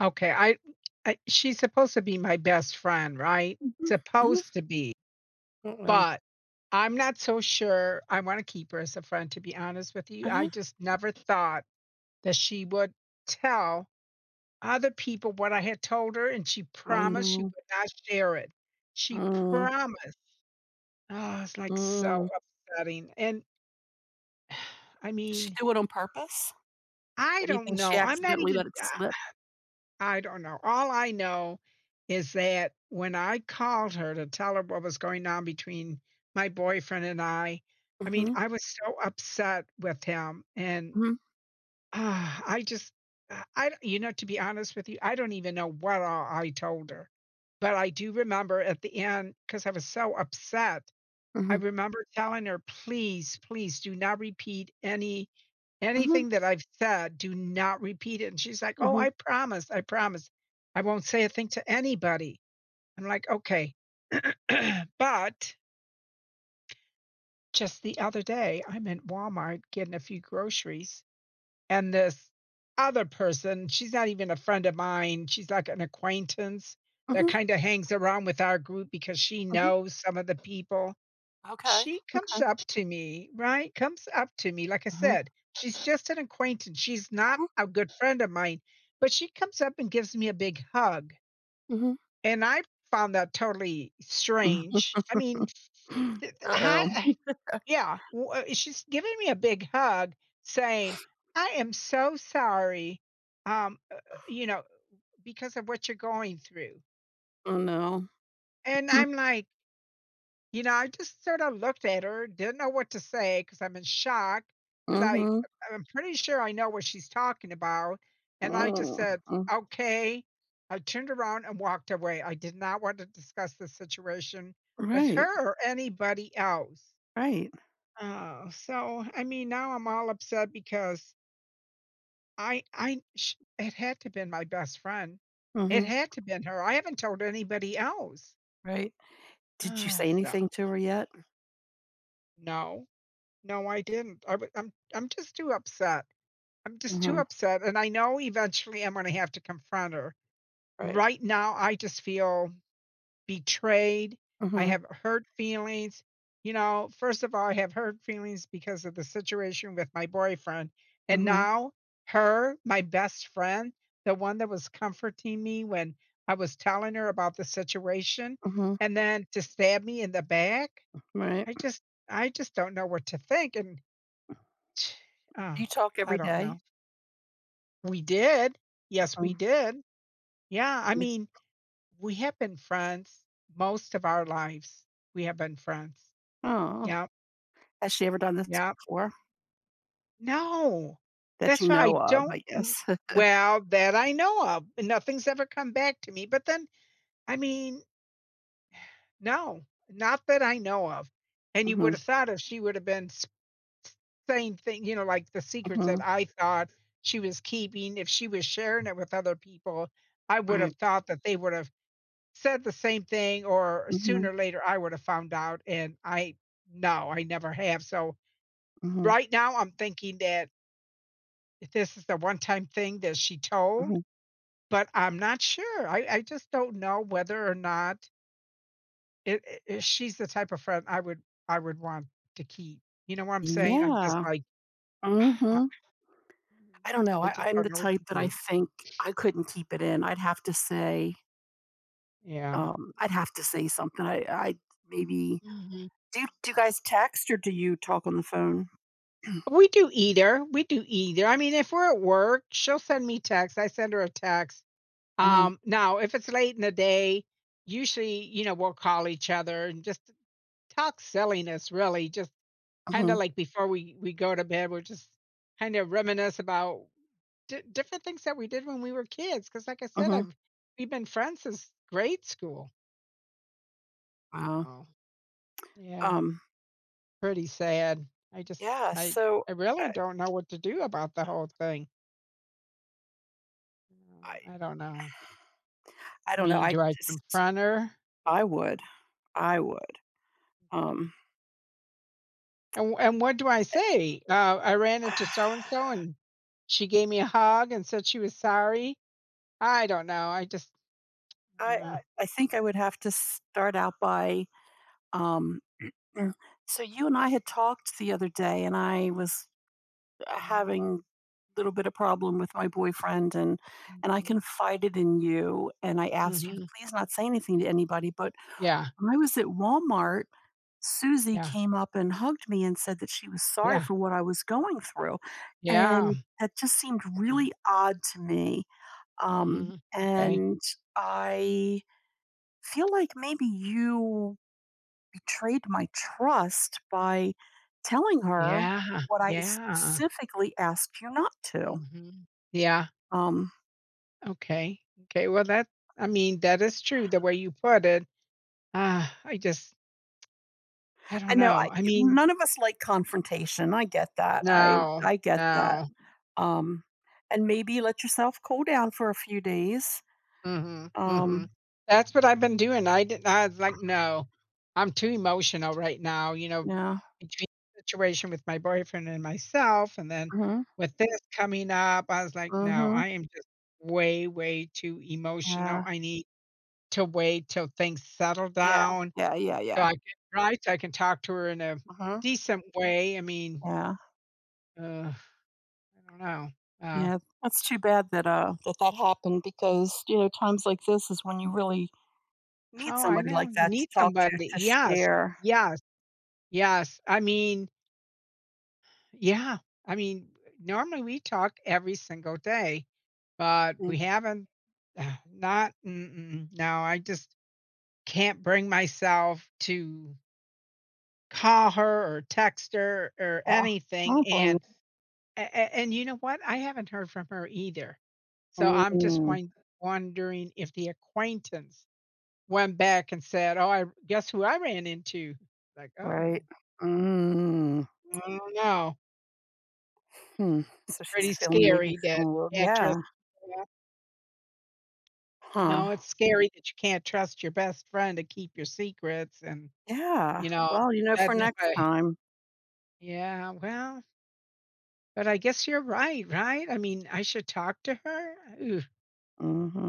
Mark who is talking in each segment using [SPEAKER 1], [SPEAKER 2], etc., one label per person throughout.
[SPEAKER 1] Okay, I she's supposed to be my best friend, right?
[SPEAKER 2] Mhm, mhm.
[SPEAKER 1] Supposed to be,
[SPEAKER 2] Uh-oh.
[SPEAKER 1] but I'm not so sure I wanna keep her as a friend, to be honest with you. I
[SPEAKER 2] Uh-huh.
[SPEAKER 1] just never thought that she would tell other people what I had told her, and she
[SPEAKER 2] Oh,
[SPEAKER 1] promised she would
[SPEAKER 2] no.
[SPEAKER 1] not share it. She
[SPEAKER 2] Mm,
[SPEAKER 1] promised. Oh, it's, like, so
[SPEAKER 2] mm.
[SPEAKER 1] upsetting, and I
[SPEAKER 2] Did she
[SPEAKER 1] mean,
[SPEAKER 2] do it on purpose?
[SPEAKER 1] I
[SPEAKER 2] Or do you
[SPEAKER 1] don't
[SPEAKER 2] think she
[SPEAKER 1] know. I'm not
[SPEAKER 2] accidentally
[SPEAKER 1] even
[SPEAKER 2] let it slip?
[SPEAKER 1] I don't know. All I know is that when I called her to tell her what was going on between my boyfriend and I mean,
[SPEAKER 2] Mhm,
[SPEAKER 1] I was so upset with him. And
[SPEAKER 2] mhm,
[SPEAKER 1] I just, I, don't- you know, to be honest with you, I don't even know what all I told her. But I do remember at the end, because I was so upset, I
[SPEAKER 2] mhm,
[SPEAKER 1] remember telling her, "Please, please do not repeat
[SPEAKER 2] mhm,
[SPEAKER 1] anything that I've said, do not repeat it." And she's like, "Oh,
[SPEAKER 2] mhm,
[SPEAKER 1] I promise, I promise. I won't say a thing to anybody." I'm like, "Okay." But just the other day, I'm in Walmart getting a few groceries, and this other person, she's not even a friend of mine, she's like an acquaintance that
[SPEAKER 2] mhm,
[SPEAKER 1] kinda hangs around with our group because she
[SPEAKER 2] mhm.
[SPEAKER 1] knows some of the people.
[SPEAKER 2] Okay,
[SPEAKER 1] She comes
[SPEAKER 2] okay.
[SPEAKER 1] up to me, right, comes up to me, like I
[SPEAKER 2] Uh-huh,
[SPEAKER 1] said, she's just an acquaintance, she's not
[SPEAKER 2] uh-huh,
[SPEAKER 1] a good friend of mine, but she comes up and gives me a big hug,
[SPEAKER 2] mhm,
[SPEAKER 1] and I found that totally
[SPEAKER 2] mhm.
[SPEAKER 1] strange. I mean, th th
[SPEAKER 2] Uh-oh.
[SPEAKER 1] hi yeah, w she's giving me a big hug saying, "I am so sorry, um, uh, uh, you know, because of what you're going through,"
[SPEAKER 2] Oh, no.
[SPEAKER 1] and
[SPEAKER 2] Mm,
[SPEAKER 1] I'm like. You know, I just sort of looked at her, didn't know what to say, because I am in shock.
[SPEAKER 2] mhm,
[SPEAKER 1] Because I am pretty sure I know what she's talking about, and I just
[SPEAKER 2] mm,
[SPEAKER 1] said,
[SPEAKER 2] mm.
[SPEAKER 1] "Okay." I turned around and walked away. I did not want to discuss the situation with
[SPEAKER 2] Right,
[SPEAKER 1] her or anybody else.
[SPEAKER 2] right.
[SPEAKER 1] Oh, so, I mean, now I'm all upset because I sh it had to have been my best friend. It
[SPEAKER 2] Mhm,
[SPEAKER 1] had to have been her. I haven't told anybody else.
[SPEAKER 2] right. Did you say
[SPEAKER 1] Oh, so
[SPEAKER 2] anything to her yet?
[SPEAKER 1] no. No, I didn't. I'm just too upset. I'm just too
[SPEAKER 2] Mhm,
[SPEAKER 1] upset, and I know eventually I'm gonna have to confront her.
[SPEAKER 2] right.
[SPEAKER 1] Right now, I just feel betrayed. I
[SPEAKER 2] Mhm,
[SPEAKER 1] have hurt feelings. You know, first of all, I have hurt feelings because of the situation with my boyfriend, and
[SPEAKER 2] mhm,
[SPEAKER 1] now her, my best friend, the one that was comforting me when I was telling her about the situation,
[SPEAKER 2] mhm,
[SPEAKER 1] and then to stab me in the back,
[SPEAKER 2] right.
[SPEAKER 1] I just. I just don't know what to think, and T
[SPEAKER 2] Do
[SPEAKER 1] Oh,
[SPEAKER 2] you talk
[SPEAKER 1] I
[SPEAKER 2] every
[SPEAKER 1] don't
[SPEAKER 2] day?
[SPEAKER 1] know. We did. Yes,
[SPEAKER 2] Mhm.
[SPEAKER 1] we did. Yeah, I
[SPEAKER 2] Did
[SPEAKER 1] mean, we have been friends most of our lives. We have been friends.
[SPEAKER 2] Aw.
[SPEAKER 1] Yep,
[SPEAKER 2] Has she ever done this
[SPEAKER 1] yep.
[SPEAKER 2] before?
[SPEAKER 1] No,
[SPEAKER 2] That you
[SPEAKER 1] that's why I
[SPEAKER 2] know of, I
[SPEAKER 1] don't n
[SPEAKER 2] guess.
[SPEAKER 1] well, that I know of, and nothing's ever come back to me, but then, I mean, no, not that I know of, and you would
[SPEAKER 2] Mhm,
[SPEAKER 1] have thought if she would have been same thing, you know, like the secrets that
[SPEAKER 2] mhm,
[SPEAKER 1] I thought she was keeping, if she was sharing it with other people, I would
[SPEAKER 2] right.
[SPEAKER 1] have thought that they would have said the same thing or
[SPEAKER 2] Mhm,
[SPEAKER 1] sooner or later I would have found out and I. No, I never have. So
[SPEAKER 2] mhm,
[SPEAKER 1] right now I'm thinking that this is the one time thing that she told,
[SPEAKER 2] mhm.
[SPEAKER 1] but I'm not sure. I just don't know whether or not she's the type of friend I would want to keep. You know what I'm saying? I'm just
[SPEAKER 2] Yeah.
[SPEAKER 1] like I
[SPEAKER 2] Mhm. I don't know,
[SPEAKER 1] I
[SPEAKER 2] I
[SPEAKER 1] just
[SPEAKER 2] I'm
[SPEAKER 1] don't
[SPEAKER 2] the
[SPEAKER 1] know what
[SPEAKER 2] type
[SPEAKER 1] to
[SPEAKER 2] that I
[SPEAKER 1] do.
[SPEAKER 2] think I couldn't keep it in.
[SPEAKER 1] Yeah.
[SPEAKER 2] I'd have to say something. I maybe
[SPEAKER 1] Mhm.
[SPEAKER 2] do you guys text or do you talk on the phone?
[SPEAKER 1] We do either. I mean, if we're at work, she'll send me text. I send her a text.
[SPEAKER 2] Mhm,
[SPEAKER 1] Now if it's late in the day, usually, you know, we'll call each other and just talk silliness, really, just kinda
[SPEAKER 2] mhm,
[SPEAKER 1] like before we go to bed, we're just kinda reminisce about di different things that we did when we were kids. Because, like I said,
[SPEAKER 2] mhm.
[SPEAKER 1] I've we've been friends since grade school.
[SPEAKER 2] Wow.
[SPEAKER 1] Oh, yeah,
[SPEAKER 2] Um,
[SPEAKER 1] pretty sad. I just.
[SPEAKER 2] yeah,
[SPEAKER 1] I
[SPEAKER 2] so
[SPEAKER 1] I really
[SPEAKER 2] I
[SPEAKER 1] don't know what to do about the whole thing. Mm,
[SPEAKER 2] I
[SPEAKER 1] I don't know.
[SPEAKER 2] I
[SPEAKER 1] I
[SPEAKER 2] don't know,
[SPEAKER 1] mean,
[SPEAKER 2] I
[SPEAKER 1] do I
[SPEAKER 2] just
[SPEAKER 1] confront her?
[SPEAKER 2] I would. I would,
[SPEAKER 1] Okay.
[SPEAKER 2] um
[SPEAKER 1] And what do I say? I ran into so and so, and she gave me a hug and said she was sorry. I don't know. I just.
[SPEAKER 2] I
[SPEAKER 1] Uh,
[SPEAKER 2] I I think I would have to start out by, um mm so you and I had talked the other day, and I was
[SPEAKER 1] mhm,
[SPEAKER 2] having a little bit of problem with my boyfriend, and I
[SPEAKER 1] mhm,
[SPEAKER 2] confided in you, and I asked you to
[SPEAKER 1] mhm.
[SPEAKER 2] please not say anything to anybody, but
[SPEAKER 1] Yeah.
[SPEAKER 2] when I was at Walmart, Susie
[SPEAKER 1] Yeah.
[SPEAKER 2] came up and hugged me and said that she was sorry
[SPEAKER 1] Yeah.
[SPEAKER 2] for what I was going through,
[SPEAKER 1] Yeah.
[SPEAKER 2] and that just seemed
[SPEAKER 1] uh,
[SPEAKER 2] really odd to me,
[SPEAKER 1] mhm, okay.
[SPEAKER 2] and I feel like maybe you betrayed my trust by telling her
[SPEAKER 1] Yeah.
[SPEAKER 2] what I
[SPEAKER 1] Yeah.
[SPEAKER 2] specifically asked you not to.
[SPEAKER 1] Hmm. Yeah.
[SPEAKER 2] Um,
[SPEAKER 1] Okay. Okay. Well, that. I mean, that is true. The way you put it. I just. I
[SPEAKER 2] I
[SPEAKER 1] don't
[SPEAKER 2] know I,
[SPEAKER 1] know. I mean,
[SPEAKER 2] none of us like confrontation. I get that. I
[SPEAKER 1] no,
[SPEAKER 2] I get that.
[SPEAKER 1] no.
[SPEAKER 2] Um, and maybe let yourself cool down for a few days.
[SPEAKER 1] Mm. Mhm, mm, mhm.
[SPEAKER 2] Um,
[SPEAKER 1] That's what I've been doing. I was like, "No, I'm too emotional right now," you know,
[SPEAKER 2] yeah.
[SPEAKER 1] between the situation with my boyfriend and myself, and then
[SPEAKER 2] Mm-hmm.
[SPEAKER 1] with this coming up, I was like, "No,
[SPEAKER 2] Hmm.
[SPEAKER 1] I am just way, way too emotional.
[SPEAKER 2] Yeah.
[SPEAKER 1] I need to wait till things settle
[SPEAKER 2] Yeah.
[SPEAKER 1] down
[SPEAKER 2] Yeah. Yeah.
[SPEAKER 1] so
[SPEAKER 2] Yeah.
[SPEAKER 1] I can right, so I can talk to her in a
[SPEAKER 2] Hmm.
[SPEAKER 1] decent way." I mean,
[SPEAKER 2] Yeah.
[SPEAKER 1] uh, I don't know. Uh,
[SPEAKER 2] Yeah. That's too bad that that happened, because times like this is when you really need
[SPEAKER 1] oh, I
[SPEAKER 2] somebody
[SPEAKER 1] know.
[SPEAKER 2] like
[SPEAKER 1] You
[SPEAKER 2] that to
[SPEAKER 1] need
[SPEAKER 2] talk
[SPEAKER 1] somebody.
[SPEAKER 2] to
[SPEAKER 1] Yes,
[SPEAKER 2] share.
[SPEAKER 1] yes. Yes, I mean yeah. I mean, normally we talk every single day, but
[SPEAKER 2] Mm,
[SPEAKER 1] we haven't not mm-mm. No, I just can't bring myself to call her or text her or
[SPEAKER 2] yeah. I
[SPEAKER 1] anything,
[SPEAKER 2] don't blame
[SPEAKER 1] and a and you know what? I haven't heard from her either. So
[SPEAKER 2] you.
[SPEAKER 1] I'm just
[SPEAKER 2] Mm,
[SPEAKER 1] won wondering if the acquaintance went back and said, "Oh, I guess who I ran into?" Like, "Oh,
[SPEAKER 2] right. Mm,
[SPEAKER 1] I don't know."
[SPEAKER 2] hmm.
[SPEAKER 1] It's
[SPEAKER 2] So she's
[SPEAKER 1] pretty
[SPEAKER 2] feeling, maybe
[SPEAKER 1] scary that
[SPEAKER 2] feeling a little,
[SPEAKER 1] you can't trust.
[SPEAKER 2] yeah.
[SPEAKER 1] Yeah, you
[SPEAKER 2] Huh.
[SPEAKER 1] know, it's scary that you can't trust your best friend to keep your secrets and,
[SPEAKER 2] Yeah.
[SPEAKER 1] you know,
[SPEAKER 2] Well, for
[SPEAKER 1] and if
[SPEAKER 2] next
[SPEAKER 1] I
[SPEAKER 2] time.
[SPEAKER 1] Yeah, well, but I guess you're right, right? I mean, I should talk to her? Ooh,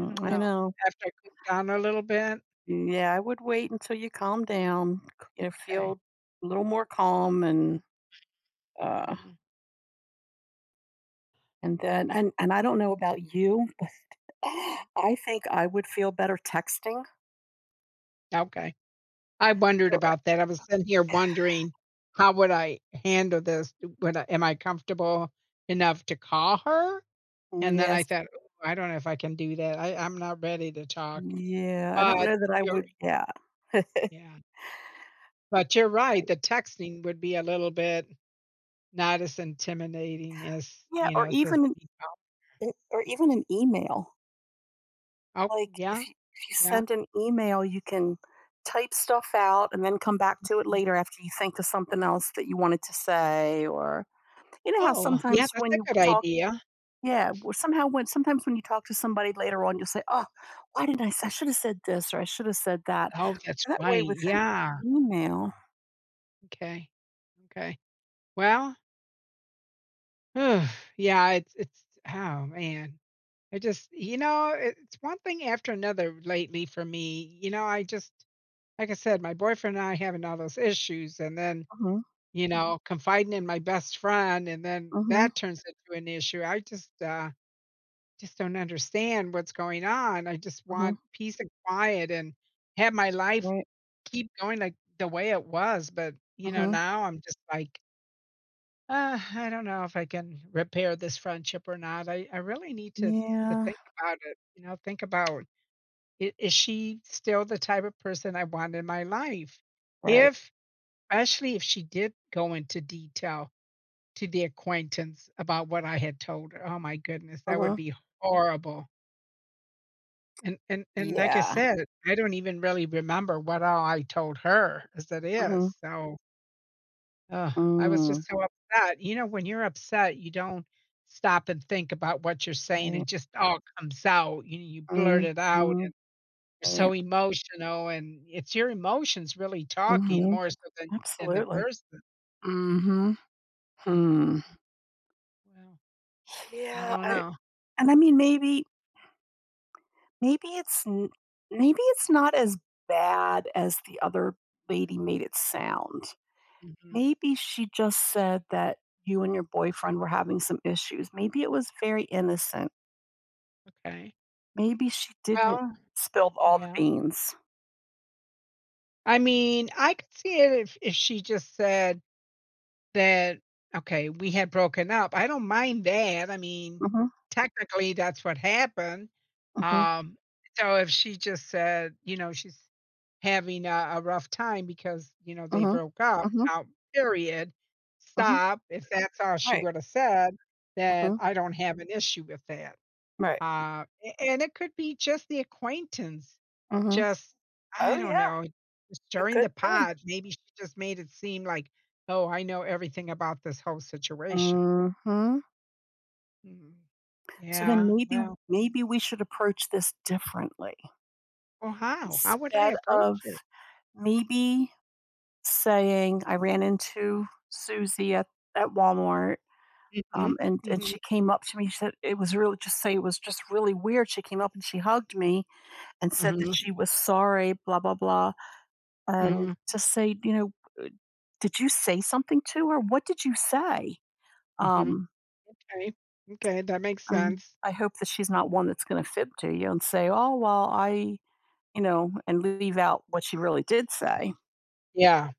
[SPEAKER 1] I don't
[SPEAKER 2] I
[SPEAKER 1] know.
[SPEAKER 2] know.
[SPEAKER 1] After I cool down a little bit?
[SPEAKER 2] Yeah, I would wait until you calm down,
[SPEAKER 1] Okay.
[SPEAKER 2] feel a little more calm uh,
[SPEAKER 1] Mhm.
[SPEAKER 2] and then and I don't know about you, but I think I would feel better texting.
[SPEAKER 1] Okay. I wondered about that. I was sitting here wondering, how would I handle this? Would I am I comfortable enough to call her?
[SPEAKER 2] Oh,
[SPEAKER 1] And then
[SPEAKER 2] yeah.
[SPEAKER 1] I thought, "Ooh, I don't know if I can do that. I'm not ready to talk."
[SPEAKER 2] Yeah, I don't
[SPEAKER 1] But
[SPEAKER 2] know that I
[SPEAKER 1] you're
[SPEAKER 2] would, yeah.
[SPEAKER 1] Yeah, but you're right, the texting would be a little bit not as intimidating as,
[SPEAKER 2] Yeah,
[SPEAKER 1] you
[SPEAKER 2] or
[SPEAKER 1] know, says,
[SPEAKER 2] even or even an email.
[SPEAKER 1] "Oh,
[SPEAKER 2] Like, if
[SPEAKER 1] yeah,
[SPEAKER 2] you if you
[SPEAKER 1] yeah.
[SPEAKER 2] send an email, you can type stuff out and then come back to it later after you think of something else that you wanted to say or you know how
[SPEAKER 1] Oh, yeah,
[SPEAKER 2] sometimes
[SPEAKER 1] that's
[SPEAKER 2] when
[SPEAKER 1] a
[SPEAKER 2] you
[SPEAKER 1] good
[SPEAKER 2] talk,
[SPEAKER 1] idea.
[SPEAKER 2] yeah, well, somehow when sometimes when you talk to somebody later on, you'll say, "Oh, why didn't I should have said this or I should have said that."
[SPEAKER 1] Oh, that's
[SPEAKER 2] So that way
[SPEAKER 1] right.
[SPEAKER 2] with an
[SPEAKER 1] Yeah.
[SPEAKER 2] email.
[SPEAKER 1] Okay, okay. Well, yeah, it's oh, man. I just. You know, it's one thing after another lately for me. You know, I just. Like I said, my boyfriend and I having all those issues and then,
[SPEAKER 2] Mhm,
[SPEAKER 1] you Mhm. know, confiding in my best friend, and then
[SPEAKER 2] mhm,
[SPEAKER 1] that turns into an issue. I just don't understand what's going on. I just
[SPEAKER 2] mhm,
[SPEAKER 1] want peace and quiet and have my life
[SPEAKER 2] right,
[SPEAKER 1] keep going like the way it was, but, you know,
[SPEAKER 2] mhm,
[SPEAKER 1] now I'm just like, I don't know if I can repair this friendship or not." I really need to
[SPEAKER 2] yeah,
[SPEAKER 1] think about it, you know, think about, I is she still the type of person I want in my life?
[SPEAKER 2] right.
[SPEAKER 1] If Especially if she did go into detail to the acquaintance about what I had told her. Oh my goodness,
[SPEAKER 2] Uh
[SPEAKER 1] that would
[SPEAKER 2] huh.
[SPEAKER 1] be horrible. And like I
[SPEAKER 2] Yeah.
[SPEAKER 1] said, I don't even really remember what all I told her as it
[SPEAKER 2] Mhm.
[SPEAKER 1] is. So, ugh, I was just
[SPEAKER 2] Mm,
[SPEAKER 1] so upset. You know, when you're upset, you don't stop and think about what you're saying.
[SPEAKER 2] right.
[SPEAKER 1] It just all comes out. You blurt
[SPEAKER 2] Mhm.
[SPEAKER 1] it out and you're so
[SPEAKER 2] Right.
[SPEAKER 1] emotional and it's your emotions really talking
[SPEAKER 2] Mhm.
[SPEAKER 1] more so than the
[SPEAKER 2] Absolutely.
[SPEAKER 1] person.
[SPEAKER 2] Mhm. Hmm.
[SPEAKER 1] Well, I
[SPEAKER 2] Yeah,
[SPEAKER 1] don't
[SPEAKER 2] I
[SPEAKER 1] know.
[SPEAKER 2] and I mean, maybe, maybe it's n maybe it's not as bad as the other lady made it sound.
[SPEAKER 1] Mhm,
[SPEAKER 2] Maybe she just said that you and your boyfriend were having some issues. Maybe it was very innocent.
[SPEAKER 1] okay.
[SPEAKER 2] Maybe she didn't
[SPEAKER 1] Well,
[SPEAKER 2] spill all the
[SPEAKER 1] yeah.
[SPEAKER 2] beans.
[SPEAKER 1] I mean, I could see it if she just said that, "Okay, we had broken up." I don't mind that. I mean,
[SPEAKER 2] Mhm,
[SPEAKER 1] technically, that's what happened.
[SPEAKER 2] mhm,
[SPEAKER 1] Um, so if she just said, you know, she's having a rough time because, you know, they
[SPEAKER 2] mhm,
[SPEAKER 1] broke up,
[SPEAKER 2] mhm,
[SPEAKER 1] now, period,
[SPEAKER 2] mhm,
[SPEAKER 1] stop. If that's all she
[SPEAKER 2] right,
[SPEAKER 1] would have said, then
[SPEAKER 2] mhm,
[SPEAKER 1] I don't have an issue with that.
[SPEAKER 2] right,
[SPEAKER 1] A And it could be just the acquaintance,
[SPEAKER 2] mhm.
[SPEAKER 1] just
[SPEAKER 2] Oh,
[SPEAKER 1] I don't
[SPEAKER 2] yeah,
[SPEAKER 1] know,
[SPEAKER 2] a
[SPEAKER 1] stirring
[SPEAKER 2] good
[SPEAKER 1] the
[SPEAKER 2] thing.
[SPEAKER 1] pot, maybe she just made it seem like, "Oh, I know everything about this whole situation."
[SPEAKER 2] Mhm.
[SPEAKER 1] Mm,
[SPEAKER 2] So then,
[SPEAKER 1] yeah,
[SPEAKER 2] maybe
[SPEAKER 1] well
[SPEAKER 2] we should approach this differently.
[SPEAKER 1] well, how? How would I
[SPEAKER 2] Instead of
[SPEAKER 1] approach it?
[SPEAKER 2] maybe saying, "I ran into Susie at Walmart,
[SPEAKER 1] Mhm,
[SPEAKER 2] and
[SPEAKER 1] mhm,
[SPEAKER 2] she came up to me." She said it was really just say it was just really weird, she came up and she hugged me and said that she
[SPEAKER 1] mhm,
[SPEAKER 2] was sorry, blah, blah, blah. And
[SPEAKER 1] mhm,
[SPEAKER 2] to say, you know, did you say something to her? What did you say?
[SPEAKER 1] mhm.
[SPEAKER 2] Um,
[SPEAKER 1] 'Kay, m'kay, that makes sense.
[SPEAKER 2] I hope that she's not one that's going to fib to you and say, oh, well, I, you know, and leave out what she really did say.
[SPEAKER 1] Yeah.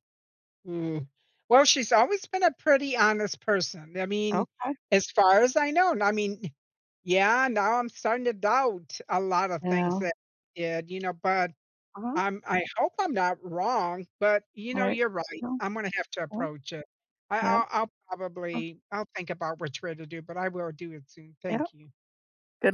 [SPEAKER 1] Mm. Well, she's always been a pretty honest person. I mean,
[SPEAKER 2] Okay.
[SPEAKER 1] as far as I know, I mean, yeah, now I'm starting to doubt a lot of things
[SPEAKER 2] Yeah.
[SPEAKER 1] that she did, you know, but
[SPEAKER 2] Uh-huh.
[SPEAKER 1] I hope I'm not wrong, but you know,
[SPEAKER 2] Right.
[SPEAKER 1] you're right.
[SPEAKER 2] No.
[SPEAKER 1] I'm gonna have to
[SPEAKER 2] Yep.
[SPEAKER 1] approach it.
[SPEAKER 2] Yep.
[SPEAKER 1] I'll probably I'll think about which way to do, but I will do it soon.
[SPEAKER 2] Yep.
[SPEAKER 1] Thank you.
[SPEAKER 2] Good luck.